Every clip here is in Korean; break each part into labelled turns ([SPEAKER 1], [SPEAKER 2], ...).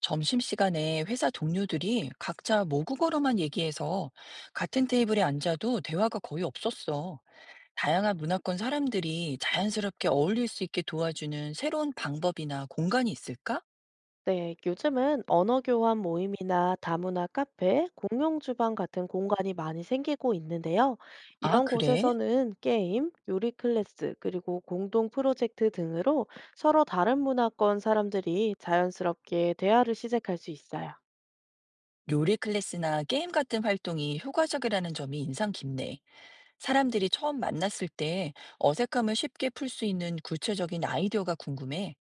[SPEAKER 1] 점심시간에 회사 동료들이 각자 모국어로만 얘기해서 같은 테이블에 앉아도 대화가 거의 없었어. 다양한 문화권 사람들이 자연스럽게 어울릴 수 있게 도와주는 새로운 방법이나 공간이 있을까?
[SPEAKER 2] 네, 요즘은 언어 교환 모임이나 다문화 카페, 공용 주방 같은 공간이 많이 생기고 있는데요.
[SPEAKER 1] 아,
[SPEAKER 2] 이런
[SPEAKER 1] 그래?
[SPEAKER 2] 곳에서는 게임, 요리 클래스, 그리고 공동 프로젝트 등으로 서로 다른 문화권 사람들이 자연스럽게 대화를 시작할 수 있어요.
[SPEAKER 1] 요리 클래스나 게임 같은 활동이 효과적이라는 점이 인상 깊네. 사람들이 처음 만났을 때 어색함을 쉽게 풀 수 있는 구체적인 아이디어가 궁금해.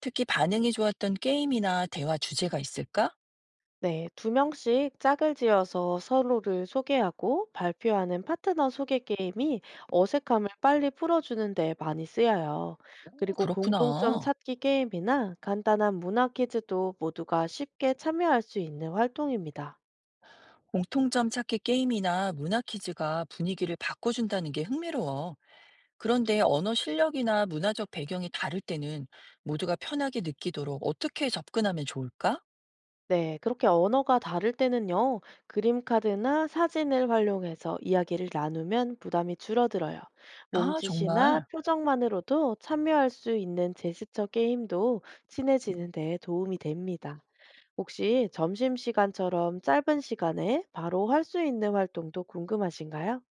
[SPEAKER 1] 특히 반응이 좋았던 게임이나 대화 주제가 있을까?
[SPEAKER 2] 네, 두 명씩 짝을 지어서 서로를 소개하고 발표하는 파트너 소개 게임이 어색함을 빨리 풀어주는 데 많이 쓰여요.
[SPEAKER 1] 오,
[SPEAKER 2] 그리고 공통점
[SPEAKER 1] 그렇구나.
[SPEAKER 2] 찾기 게임이나 간단한 문화 퀴즈도 모두가 쉽게 참여할 수 있는 활동입니다.
[SPEAKER 1] 공통점 찾기 게임이나 문화 퀴즈가 분위기를 바꿔준다는 게 흥미로워. 그런데 언어 실력이나 문화적 배경이 다를 때는 모두가 편하게 느끼도록 어떻게 접근하면 좋을까?
[SPEAKER 2] 네, 그렇게 언어가 다를 때는요, 그림 카드나 사진을 활용해서 이야기를 나누면 부담이 줄어들어요.
[SPEAKER 1] 아,
[SPEAKER 2] 몸짓이나
[SPEAKER 1] 정말.
[SPEAKER 2] 표정만으로도 참여할 수 있는 제스처 게임도 친해지는 데 도움이 됩니다. 혹시 점심시간처럼 짧은 시간에 바로 할 수 있는 활동도 궁금하신가요?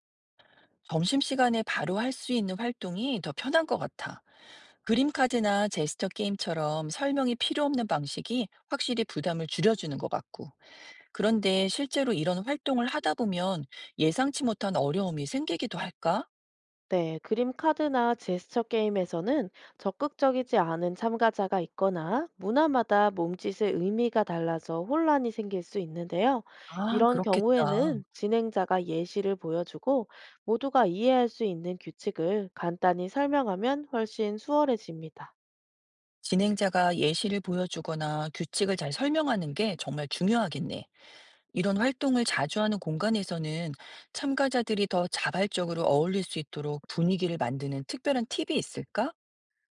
[SPEAKER 1] 점심시간에 바로 할 수 있는 활동이 더 편한 것 같아. 그림카드나 제스처 게임처럼 설명이 필요 없는 방식이 확실히 부담을 줄여주는 것 같고. 그런데 실제로 이런 활동을 하다 보면 예상치 못한 어려움이 생기기도 할까?
[SPEAKER 2] 네, 그림 카드나 제스처 게임에서는 적극적이지 않은 참가자가 있거나 문화마다 몸짓의 의미가 달라서 혼란이 생길 수 있는데요.
[SPEAKER 1] 아,
[SPEAKER 2] 이런
[SPEAKER 1] 그렇겠다.
[SPEAKER 2] 경우에는 진행자가 예시를 보여주고 모두가 이해할 수 있는 규칙을 간단히 설명하면 훨씬 수월해집니다.
[SPEAKER 1] 진행자가 예시를 보여주거나 규칙을 잘 설명하는 게 정말 중요하겠네. 이런 활동을 자주 하는 공간에서는 참가자들이 더 자발적으로 어울릴 수 있도록 분위기를 만드는 특별한 팁이 있을까?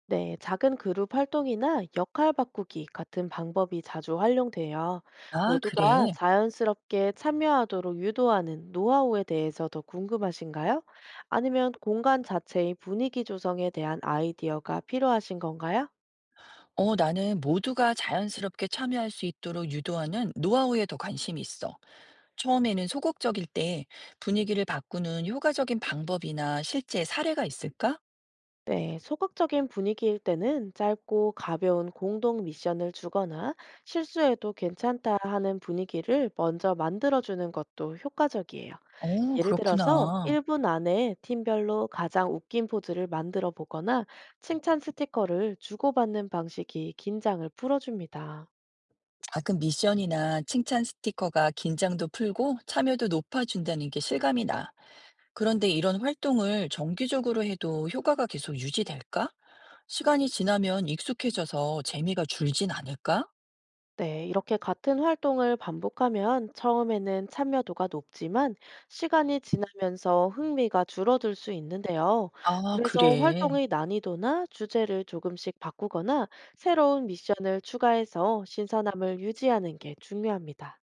[SPEAKER 2] 네, 작은 그룹 활동이나 역할 바꾸기 같은 방법이 자주 활용돼요.
[SPEAKER 1] 아,
[SPEAKER 2] 모두가
[SPEAKER 1] 그래.
[SPEAKER 2] 자연스럽게 참여하도록 유도하는 노하우에 대해서 더 궁금하신가요? 아니면 공간 자체의 분위기 조성에 대한 아이디어가 필요하신 건가요?
[SPEAKER 1] 어, 나는 모두가 자연스럽게 참여할 수 있도록 유도하는 노하우에 더 관심이 있어. 처음에는 소극적일 때 분위기를 바꾸는 효과적인 방법이나 실제 사례가 있을까?
[SPEAKER 2] 네, 소극적인 분위기일 때는 짧고 가벼운 공동 미션을 주거나 실수해도 괜찮다 하는 분위기를 먼저 만들어주는 것도 효과적이에요.
[SPEAKER 1] 어,
[SPEAKER 2] 예를 들어서
[SPEAKER 1] 그렇구나.
[SPEAKER 2] 1분 안에 팀별로 가장 웃긴 포즈를 만들어 보거나 칭찬 스티커를 주고받는 방식이 긴장을 풀어줍니다.
[SPEAKER 1] 가끔 미션이나 칭찬 스티커가 긴장도 풀고 참여도 높아준다는 게 실감이 나. 그런데 이런 활동을 정기적으로 해도 효과가 계속 유지될까? 시간이 지나면 익숙해져서 재미가 줄진 않을까?
[SPEAKER 2] 네, 이렇게 같은 활동을 반복하면 처음에는 참여도가 높지만 시간이 지나면서 흥미가 줄어들 수 있는데요.
[SPEAKER 1] 아,
[SPEAKER 2] 그래서
[SPEAKER 1] 그래.
[SPEAKER 2] 활동의 난이도나 주제를 조금씩 바꾸거나 새로운 미션을 추가해서 신선함을 유지하는 게 중요합니다.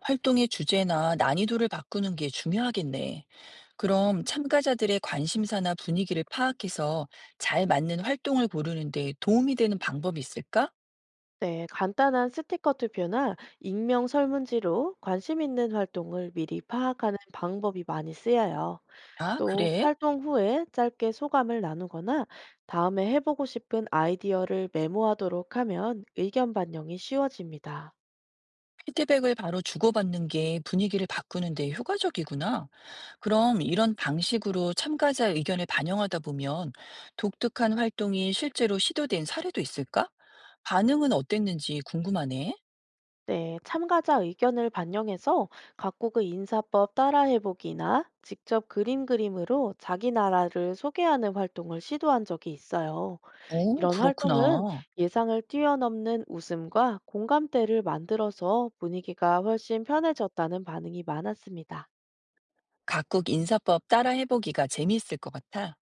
[SPEAKER 1] 활동의 주제나 난이도를 바꾸는 게 중요하겠네. 그럼 참가자들의 관심사나 분위기를 파악해서 잘 맞는 활동을 고르는데 도움이 되는 방법이 있을까?
[SPEAKER 2] 네, 간단한 스티커 투표나 익명 설문지로 관심 있는 활동을 미리 파악하는 방법이 많이 쓰여요.
[SPEAKER 1] 아,
[SPEAKER 2] 또
[SPEAKER 1] 그래?
[SPEAKER 2] 활동 후에 짧게 소감을 나누거나 다음에 해보고 싶은 아이디어를 메모하도록 하면 의견 반영이 쉬워집니다.
[SPEAKER 1] 피드백을 바로 주고받는 게 분위기를 바꾸는데 효과적이구나. 그럼 이런 방식으로 참가자 의견을 반영하다 보면 독특한 활동이 실제로 시도된 사례도 있을까? 반응은 어땠는지 궁금하네.
[SPEAKER 2] 네, 참가자 의견을 반영해서 각국의 인사법 따라해보기나 직접 그림 그림으로 자기 나라를 소개하는 활동을 시도한 적이 있어요.
[SPEAKER 1] 오,
[SPEAKER 2] 이런 활동은
[SPEAKER 1] 그렇구나.
[SPEAKER 2] 예상을 뛰어넘는 웃음과 공감대를 만들어서 분위기가 훨씬 편해졌다는 반응이 많았습니다.
[SPEAKER 1] 각국 인사법 따라 해보기가 재미있을 것 같아.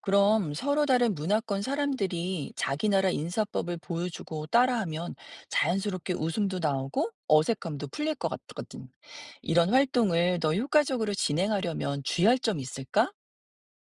[SPEAKER 1] 그럼 서로 다른 문화권 사람들이 자기 나라 인사법을 보여주고 따라하면 자연스럽게 웃음도 나오고 어색함도 풀릴 것 같거든. 이런 활동을 더 효과적으로 진행하려면 주의할 점이 있을까?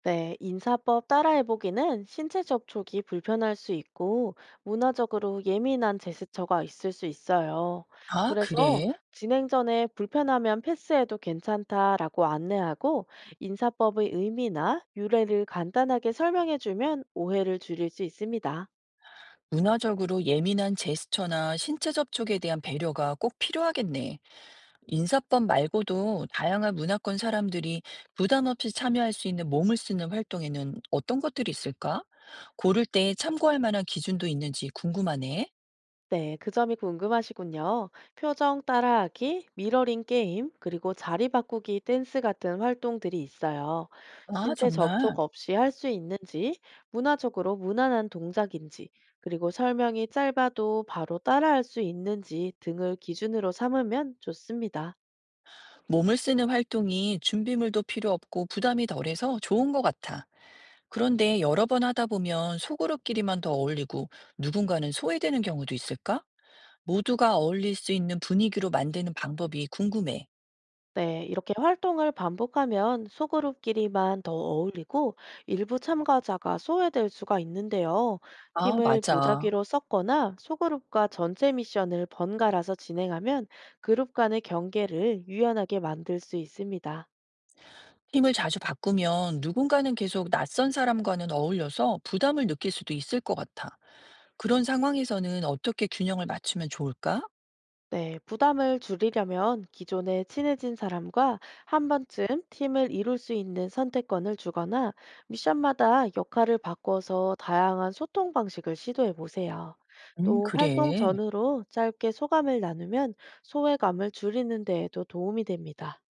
[SPEAKER 2] 네, 인사법 따라해보기는 신체 접촉이 불편할 수 있고 문화적으로 예민한 제스처가 있을 수 있어요.
[SPEAKER 1] 아,
[SPEAKER 2] 그래서
[SPEAKER 1] 그래?
[SPEAKER 2] 진행 전에 불편하면 패스해도 괜찮다라고 안내하고 인사법의 의미나 유래를 간단하게 설명해주면 오해를 줄일 수 있습니다.
[SPEAKER 1] 문화적으로 예민한 제스처나 신체 접촉에 대한 배려가 꼭 필요하겠네. 인사법 말고도 다양한 문화권 사람들이 부담 없이 참여할 수 있는 몸을 쓰는 활동에는 어떤 것들이 있을까? 고를 때 참고할 만한 기준도 있는지 궁금하네.
[SPEAKER 2] 네, 그 점이 궁금하시군요. 표정 따라하기, 미러링 게임, 그리고 자리 바꾸기 댄스 같은 활동들이 있어요.
[SPEAKER 1] 아,
[SPEAKER 2] 신체
[SPEAKER 1] 정말.
[SPEAKER 2] 접촉 없이 할 수 있는지, 문화적으로 무난한 동작인지, 그리고 설명이 짧아도 바로 따라할 수 있는지 등을 기준으로 삼으면 좋습니다.
[SPEAKER 1] 몸을 쓰는 활동이 준비물도 필요 없고 부담이 덜해서 좋은 것 같아. 그런데 여러 번 하다 보면 소그룹끼리만 더 어울리고 누군가는 소외되는 경우도 있을까? 모두가 어울릴 수 있는 분위기로 만드는 방법이 궁금해.
[SPEAKER 2] 네, 이렇게 활동을 반복하면 소그룹끼리만 더 어울리고 일부 참가자가 소외될 수가 있는데요.
[SPEAKER 1] 아,
[SPEAKER 2] 팀을
[SPEAKER 1] 맞아.
[SPEAKER 2] 무작위로 섞거나 소그룹과 전체 미션을 번갈아서 진행하면 그룹 간의 경계를 유연하게 만들 수 있습니다.
[SPEAKER 1] 팀을 자주 바꾸면 누군가는 계속 낯선 사람과는 어울려서 부담을 느낄 수도 있을 것 같아. 그런 상황에서는 어떻게 균형을 맞추면 좋을까?
[SPEAKER 2] 네, 부담을 줄이려면 기존에 친해진 사람과 한 번쯤 팀을 이룰 수 있는 선택권을 주거나 미션마다 역할을 바꿔서 다양한 소통 방식을 시도해 보세요. 또 활동
[SPEAKER 1] 그래.
[SPEAKER 2] 전후로 짧게 소감을 나누면 소외감을 줄이는 데에도 도움이 됩니다.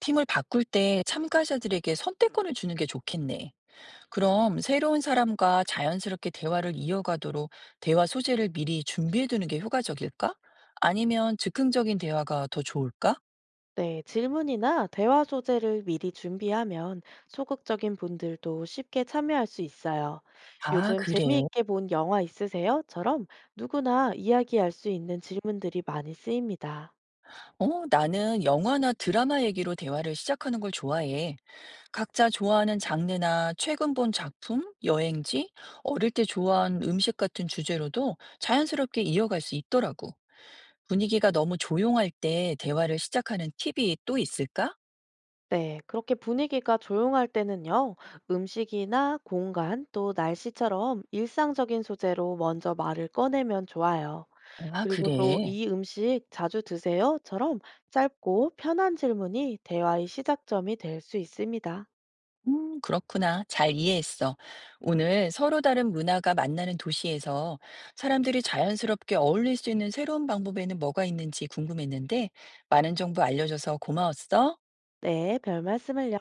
[SPEAKER 1] 팀을 바꿀 때 참가자들에게 선택권을 주는 게 좋겠네. 그럼 새로운 사람과 자연스럽게 대화를 이어가도록 대화 소재를 미리 준비해 두는 게 효과적일까? 아니면 즉흥적인 대화가 더 좋을까?
[SPEAKER 2] 네, 질문이나 대화 소재를 미리 준비하면 소극적인 분들도 쉽게 참여할 수 있어요.
[SPEAKER 1] 아,
[SPEAKER 2] 요즘
[SPEAKER 1] 그래.
[SPEAKER 2] 재미있게 본 영화 있으세요?처럼 누구나 이야기할 수 있는 질문들이 많이 쓰입니다.
[SPEAKER 1] 어, 나는 영화나 드라마 얘기로 대화를 시작하는 걸 좋아해. 각자 좋아하는 장르나 최근 본 작품, 여행지, 어릴 때 좋아한 음식 같은 주제로도 자연스럽게 이어갈 수 있더라고. 분위기가 너무 조용할 때 대화를 시작하는 팁이 또 있을까?
[SPEAKER 2] 네, 그렇게 분위기가 조용할 때는요, 음식이나 공간 또 날씨처럼 일상적인 소재로 먼저 말을 꺼내면 좋아요.
[SPEAKER 1] 아,
[SPEAKER 2] 그리고 또
[SPEAKER 1] 그래.
[SPEAKER 2] 이 음식 자주 드세요?처럼 짧고 편한 질문이 대화의 시작점이 될 수 있습니다.
[SPEAKER 1] 그렇구나. 잘 이해했어. 오늘 서로 다른 문화가 만나는 도시에서 사람들이 자연스럽게 어울릴 수 있는 새로운 방법에는 뭐가 있는지 궁금했는데, 많은 정보 알려줘서 고마웠어.
[SPEAKER 2] 네, 별 말씀을요.